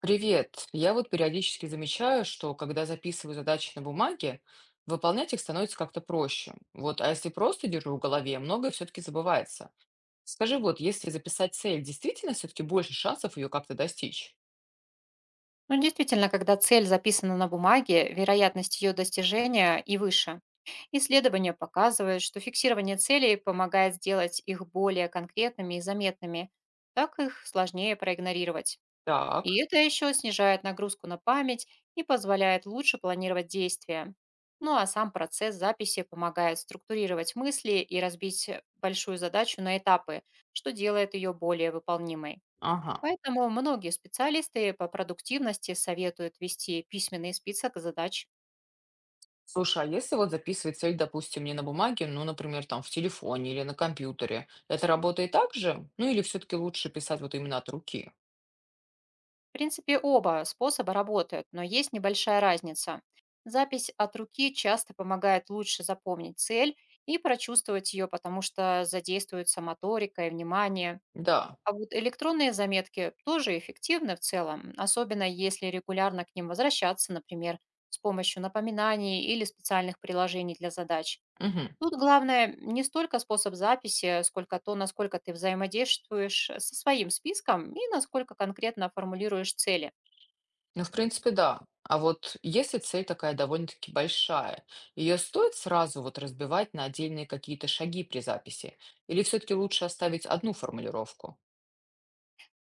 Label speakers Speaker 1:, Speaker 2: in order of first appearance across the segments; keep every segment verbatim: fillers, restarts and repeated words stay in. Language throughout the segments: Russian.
Speaker 1: Привет. Я вот периодически замечаю, что когда записываю задачи на бумаге, выполнять их становится как-то проще. Вот, а если просто держу в голове, многое все-таки забывается. Скажи, вот, если записать цель, действительно все-таки больше шансов ее как-то достичь?
Speaker 2: Ну, действительно, когда цель записана на бумаге, вероятность ее достижения и выше. Исследования показывают, что фиксирование целей помогает сделать их более конкретными и заметными, так их сложнее проигнорировать. И
Speaker 1: Так,
Speaker 2: это еще снижает нагрузку на память и позволяет лучше планировать действия. Ну а сам процесс записи помогает структурировать мысли и разбить большую задачу на этапы, что делает ее более выполнимой.
Speaker 1: ага.
Speaker 2: Поэтому многие специалисты по продуктивности советуют вести письменный список задач.
Speaker 1: Слушай, а если вот записывать цель, допустим, не на бумаге, ну, например, там в телефоне или на компьютере, это работает так же? Ну, или все-таки лучше писать вот именно от руки?
Speaker 2: В принципе, оба способа работают, но есть небольшая разница. Запись от руки часто помогает лучше запомнить цель и прочувствовать ее, потому что задействуется моторика и внимание.
Speaker 1: Да.
Speaker 2: А вот электронные заметки тоже эффективны в целом, особенно если регулярно к ним возвращаться, например, с помощью напоминаний или специальных приложений для задач.
Speaker 1: Угу.
Speaker 2: Тут главное не столько способ записи, сколько то, насколько ты взаимодействуешь э, со своим списком и насколько конкретно формулируешь цели.
Speaker 1: Ну, в принципе, да. А вот если цель такая довольно-таки большая, ее стоит сразу вот разбивать на отдельные какие-то шаги при записи? Или все-таки лучше оставить одну формулировку?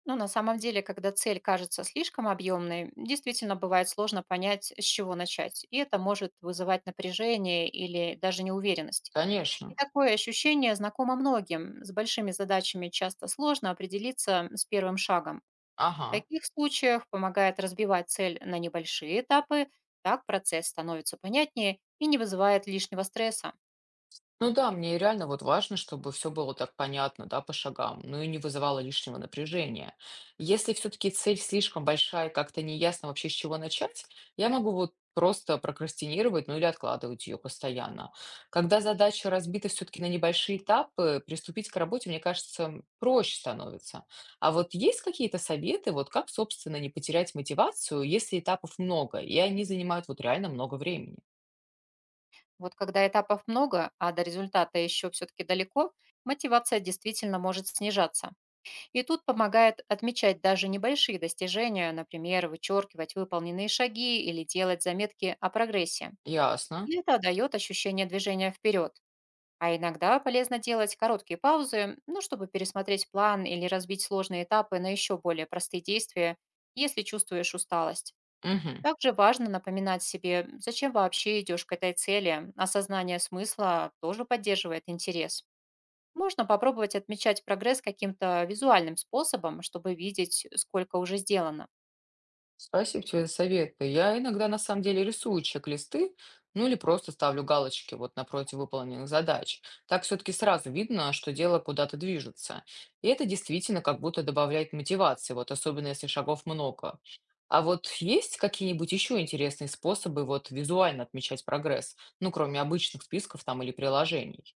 Speaker 2: Но на самом деле, когда цель кажется слишком объемной, действительно бывает сложно понять, с чего начать. И это может вызывать напряжение или даже неуверенность. И
Speaker 1: Конечно.
Speaker 2: такое ощущение знакомо многим. С большими задачами часто сложно определиться с первым шагом. В
Speaker 1: Ага.
Speaker 2: таких случаях помогает разбивать цель на небольшие этапы, так процесс становится понятнее и не вызывает лишнего стресса.
Speaker 1: Ну да, мне реально вот важно, чтобы все было так понятно, да, по шагам, ну и не вызывало лишнего напряжения. Если все-таки цель слишком большая, и как-то неясно вообще с чего начать, я могу вот просто прокрастинировать, ну или откладывать ее постоянно. Когда задача разбита все-таки на небольшие этапы, приступить к работе, мне кажется, м, проще становится. А вот есть какие-то советы, вот как, собственно, не потерять мотивацию, если этапов много, и они занимают вот реально много времени?
Speaker 2: Вот когда этапов много, а до результата еще все-таки далеко, мотивация действительно может снижаться. И тут помогает отмечать даже небольшие достижения, например, вычеркивать выполненные шаги или делать заметки о прогрессе.
Speaker 1: Ясно.
Speaker 2: И это дает ощущение движения вперед. А иногда полезно делать короткие паузы, ну, чтобы пересмотреть план или разбить сложные этапы на еще более простые действия, если чувствуешь усталость.
Speaker 1: Мгм.
Speaker 2: Также важно напоминать себе, зачем вообще идешь к этой цели. Осознание смысла тоже поддерживает интерес. Можно попробовать отмечать прогресс каким-то визуальным способом, чтобы видеть, сколько уже сделано.
Speaker 1: Спасибо тебе за советы. Я иногда на самом деле рисую чек-листы, ну или просто ставлю галочки вот напротив выполненных задач. Так все-таки сразу видно, что дело куда-то движется. И это действительно как будто добавляет мотивации, вот особенно если шагов много. А вот есть какие-нибудь еще интересные способы вот визуально отмечать прогресс? Ну, кроме обычных списков там или приложений.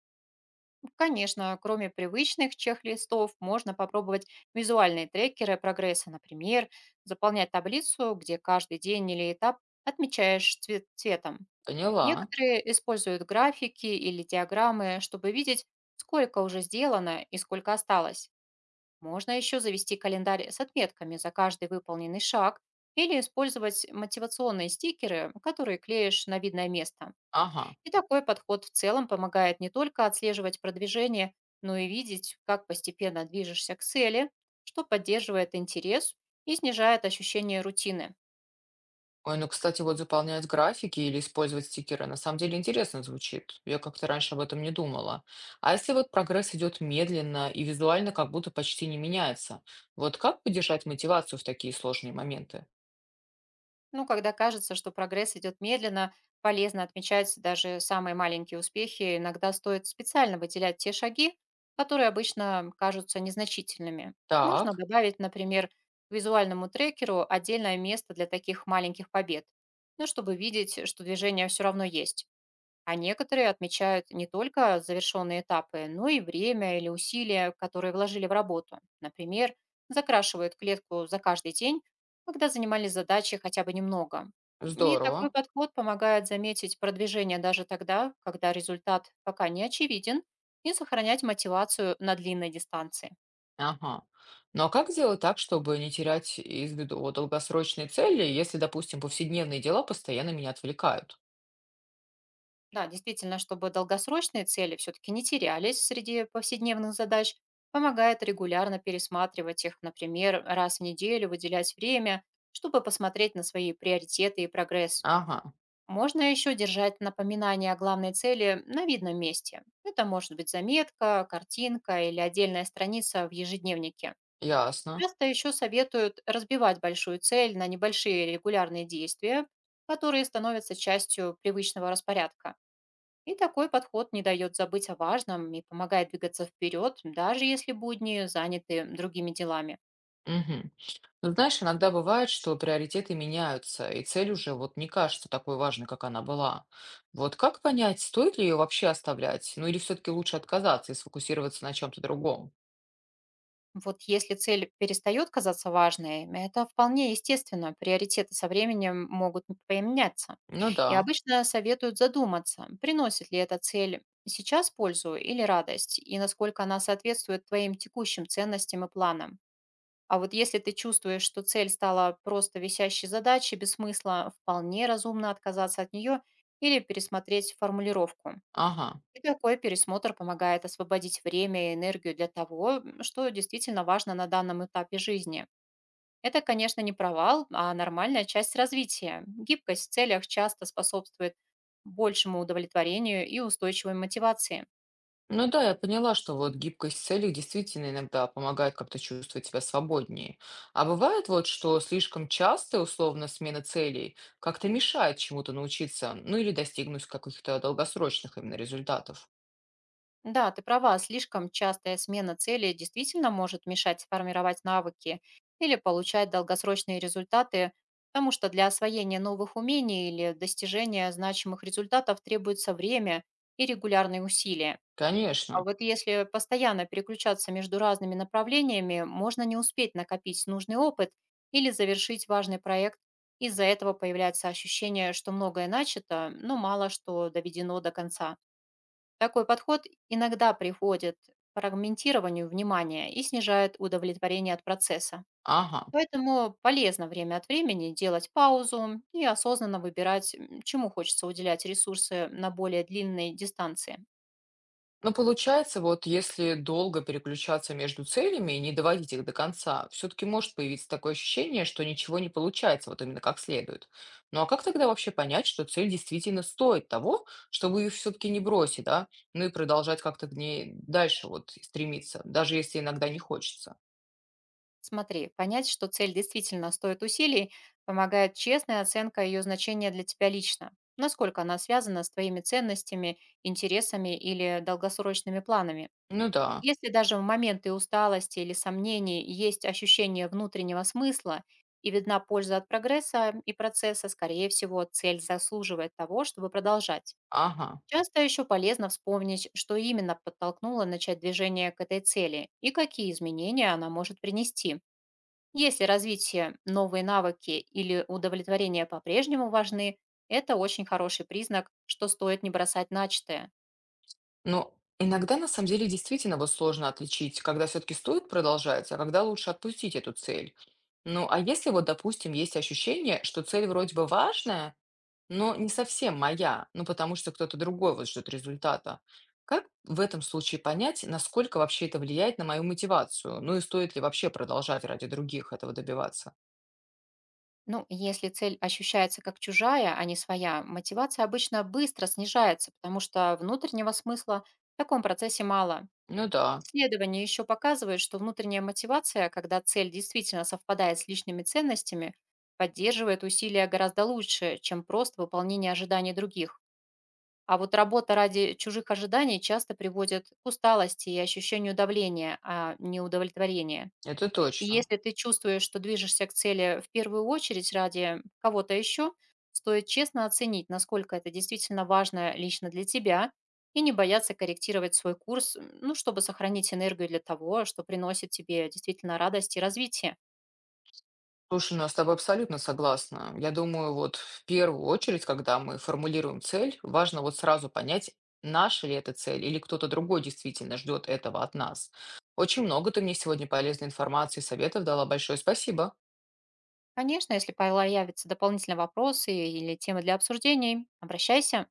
Speaker 2: Конечно, кроме привычных чек-листов, можно попробовать визуальные трекеры прогресса, например, заполнять таблицу, где каждый день или этап отмечаешь цве- цветом.
Speaker 1: Поняла.
Speaker 2: Некоторые используют графики или диаграммы, чтобы видеть, сколько уже сделано и сколько осталось. Можно еще завести календарь с отметками за каждый выполненный шаг или использовать мотивационные стикеры, которые клеишь на видное место.
Speaker 1: Ага.
Speaker 2: И такой подход в целом помогает не только отслеживать продвижение, но и видеть, как постепенно движешься к цели, что поддерживает интерес и снижает ощущение рутины.
Speaker 1: Ой, ну, кстати, вот заполнять графики или использовать стикеры на самом деле интересно звучит. Я как-то раньше об этом не думала. А если вот прогресс идет медленно и визуально как будто почти не меняется, вот как поддержать мотивацию в такие сложные моменты?
Speaker 2: Ну, когда кажется, что прогресс идет медленно, полезно отмечать даже самые маленькие успехи. Иногда стоит специально выделять те шаги, которые обычно кажутся незначительными. Можно
Speaker 1: Так,
Speaker 2: добавить, например, к визуальному трекеру отдельное место для таких маленьких побед, ну, чтобы видеть, что движение все равно есть. А некоторые отмечают не только завершенные этапы, но и время или усилия, которые вложили в работу. Например, закрашивают клетку за каждый день, когда занимались задачей хотя бы немного. И такой
Speaker 1: здорово.
Speaker 2: подход помогает заметить продвижение даже тогда, когда результат пока не очевиден, и сохранять мотивацию на длинной дистанции.
Speaker 1: Ага. Ну а как сделать так, чтобы не терять из виду вот долгосрочные цели, если, допустим, повседневные дела постоянно меня отвлекают?
Speaker 2: Да, действительно, чтобы долгосрочные цели все-таки не терялись среди повседневных задач, помогает регулярно пересматривать их, например, раз в неделю выделять время, чтобы посмотреть на свои приоритеты и прогресс.
Speaker 1: Ага,
Speaker 2: Можно еще держать напоминание о главной цели на видном месте. Это может быть заметка, картинка или отдельная страница в ежедневнике.
Speaker 1: ясно.
Speaker 2: Часто еще советуют разбивать большую цель на небольшие регулярные действия, которые становятся частью привычного распорядка. И такой подход не дает забыть о важном и помогает двигаться вперед, даже если будни заняты другими делами.
Speaker 1: Мгм. Ну, знаешь, иногда бывает, что приоритеты меняются, и цель уже вот не кажется такой важной, как она была. Вот как понять, стоит ли ее вообще оставлять? Ну или все-таки лучше отказаться и сфокусироваться на чем-то другом?
Speaker 2: Вот если цель перестает казаться важной, это вполне естественно, приоритеты со временем могут поменяться.
Speaker 1: Ну да,
Speaker 2: И обычно советуют задуматься, приносит ли эта цель сейчас пользу или радость, и насколько она соответствует твоим текущим ценностям и планам. А вот если ты чувствуешь, что цель стала просто висящей задачей без смысла, вполне разумно отказаться от нее или пересмотреть формулировку.
Speaker 1: ага.
Speaker 2: И такой пересмотр помогает освободить время и энергию для того, м, что действительно важно на данном этапе жизни. Это, конечно, не провал, а нормальная часть развития. Гибкость в целях часто способствует большему удовлетворению и устойчивой мотивации.
Speaker 1: Ну да, я поняла, что вот гибкость целей действительно иногда помогает как-то чувствовать себя свободнее. А бывает вот, что слишком частая условно смена целей как-то мешает чему-то научиться, ну или достигнуть каких-то долгосрочных именно результатов.
Speaker 2: Да, ты права, слишком частая смена цели действительно может мешать сформировать навыки или получать долгосрочные результаты, потому что для освоения новых умений или достижения значимых результатов требуется время и регулярные усилия. А
Speaker 1: Конечно.
Speaker 2: вот если постоянно переключаться между разными направлениями, можно не успеть накопить нужный опыт или завершить важный проект. Из-за этого появляется ощущение, что многое начато, но мало что доведено до конца. Такой подход иногда приводит к фрагментированию внимания и снижает удовлетворение от процесса.
Speaker 1: Ага.
Speaker 2: Поэтому полезно время от времени делать паузу и осознанно выбирать, м, чему хочется уделять ресурсы на более длинной дистанции.
Speaker 1: Но получается, вот если долго переключаться между целями и не доводить их до конца, все-таки может появиться такое ощущение, что ничего не получается вот именно как следует. Ну а как тогда вообще понять, что цель действительно стоит того, чтобы ее все-таки не бросить, да, ну и продолжать как-то к ней дальше вот стремиться, даже если иногда не хочется?
Speaker 2: Смотри, понять, что цель действительно стоит усилий, помогает честная оценка ее значения для тебя лично. Насколько она связана с твоими ценностями, интересами или долгосрочными планами.
Speaker 1: Ну да,
Speaker 2: Если даже в моменты усталости или сомнений есть ощущение внутреннего смысла и видна польза от прогресса и процесса, скорее всего, цель заслуживает того, чтобы продолжать.
Speaker 1: ага.
Speaker 2: Часто еще полезно вспомнить, что именно подтолкнуло начать движение к этой цели и какие изменения она может принести. Если развитие, новые навыки или удовлетворение по-прежнему важны, это очень хороший признак, что стоит не бросать начатое.
Speaker 1: Но иногда на самом деле действительно вот сложно отличить, когда все-таки стоит продолжать, а когда лучше отпустить эту цель. Ну, а если вот, допустим, есть ощущение, что цель вроде бы важная, но не совсем моя, ну, потому что кто-то другой вот ждет результата, как в этом случае понять, насколько вообще это влияет на мою мотивацию? Ну и стоит ли вообще продолжать ради других этого добиваться?
Speaker 2: Ну, если цель ощущается как чужая, а не своя, мотивация обычно быстро снижается, потому что внутреннего смысла в таком процессе мало.
Speaker 1: Ну да,
Speaker 2: Исследования еще показывают, что внутренняя мотивация, когда цель действительно совпадает с личными ценностями, поддерживает усилия гораздо лучше, чем просто выполнение ожиданий других. А вот работа ради чужих ожиданий часто приводит к усталости и ощущению давления, а не удовлетворения.
Speaker 1: это
Speaker 2: И
Speaker 1: точно.
Speaker 2: если ты чувствуешь, что движешься к цели в первую очередь ради кого-то еще, стоит честно оценить, насколько это действительно важно лично для тебя, и не бояться корректировать свой курс, м, ну, чтобы сохранить энергию для того, что приносит тебе действительно радость и развитие.
Speaker 1: Слушай, ну я с тобой абсолютно согласна. Я думаю, вот в первую очередь, когда мы формулируем цель, важно вот сразу понять, наша ли это цель или кто-то другой действительно ждет этого от нас. Очень много ты мне сегодня полезной информации и советов дала. Большое спасибо.
Speaker 2: Конечно, если появятся дополнительные вопросы или темы для обсуждений, обращайся.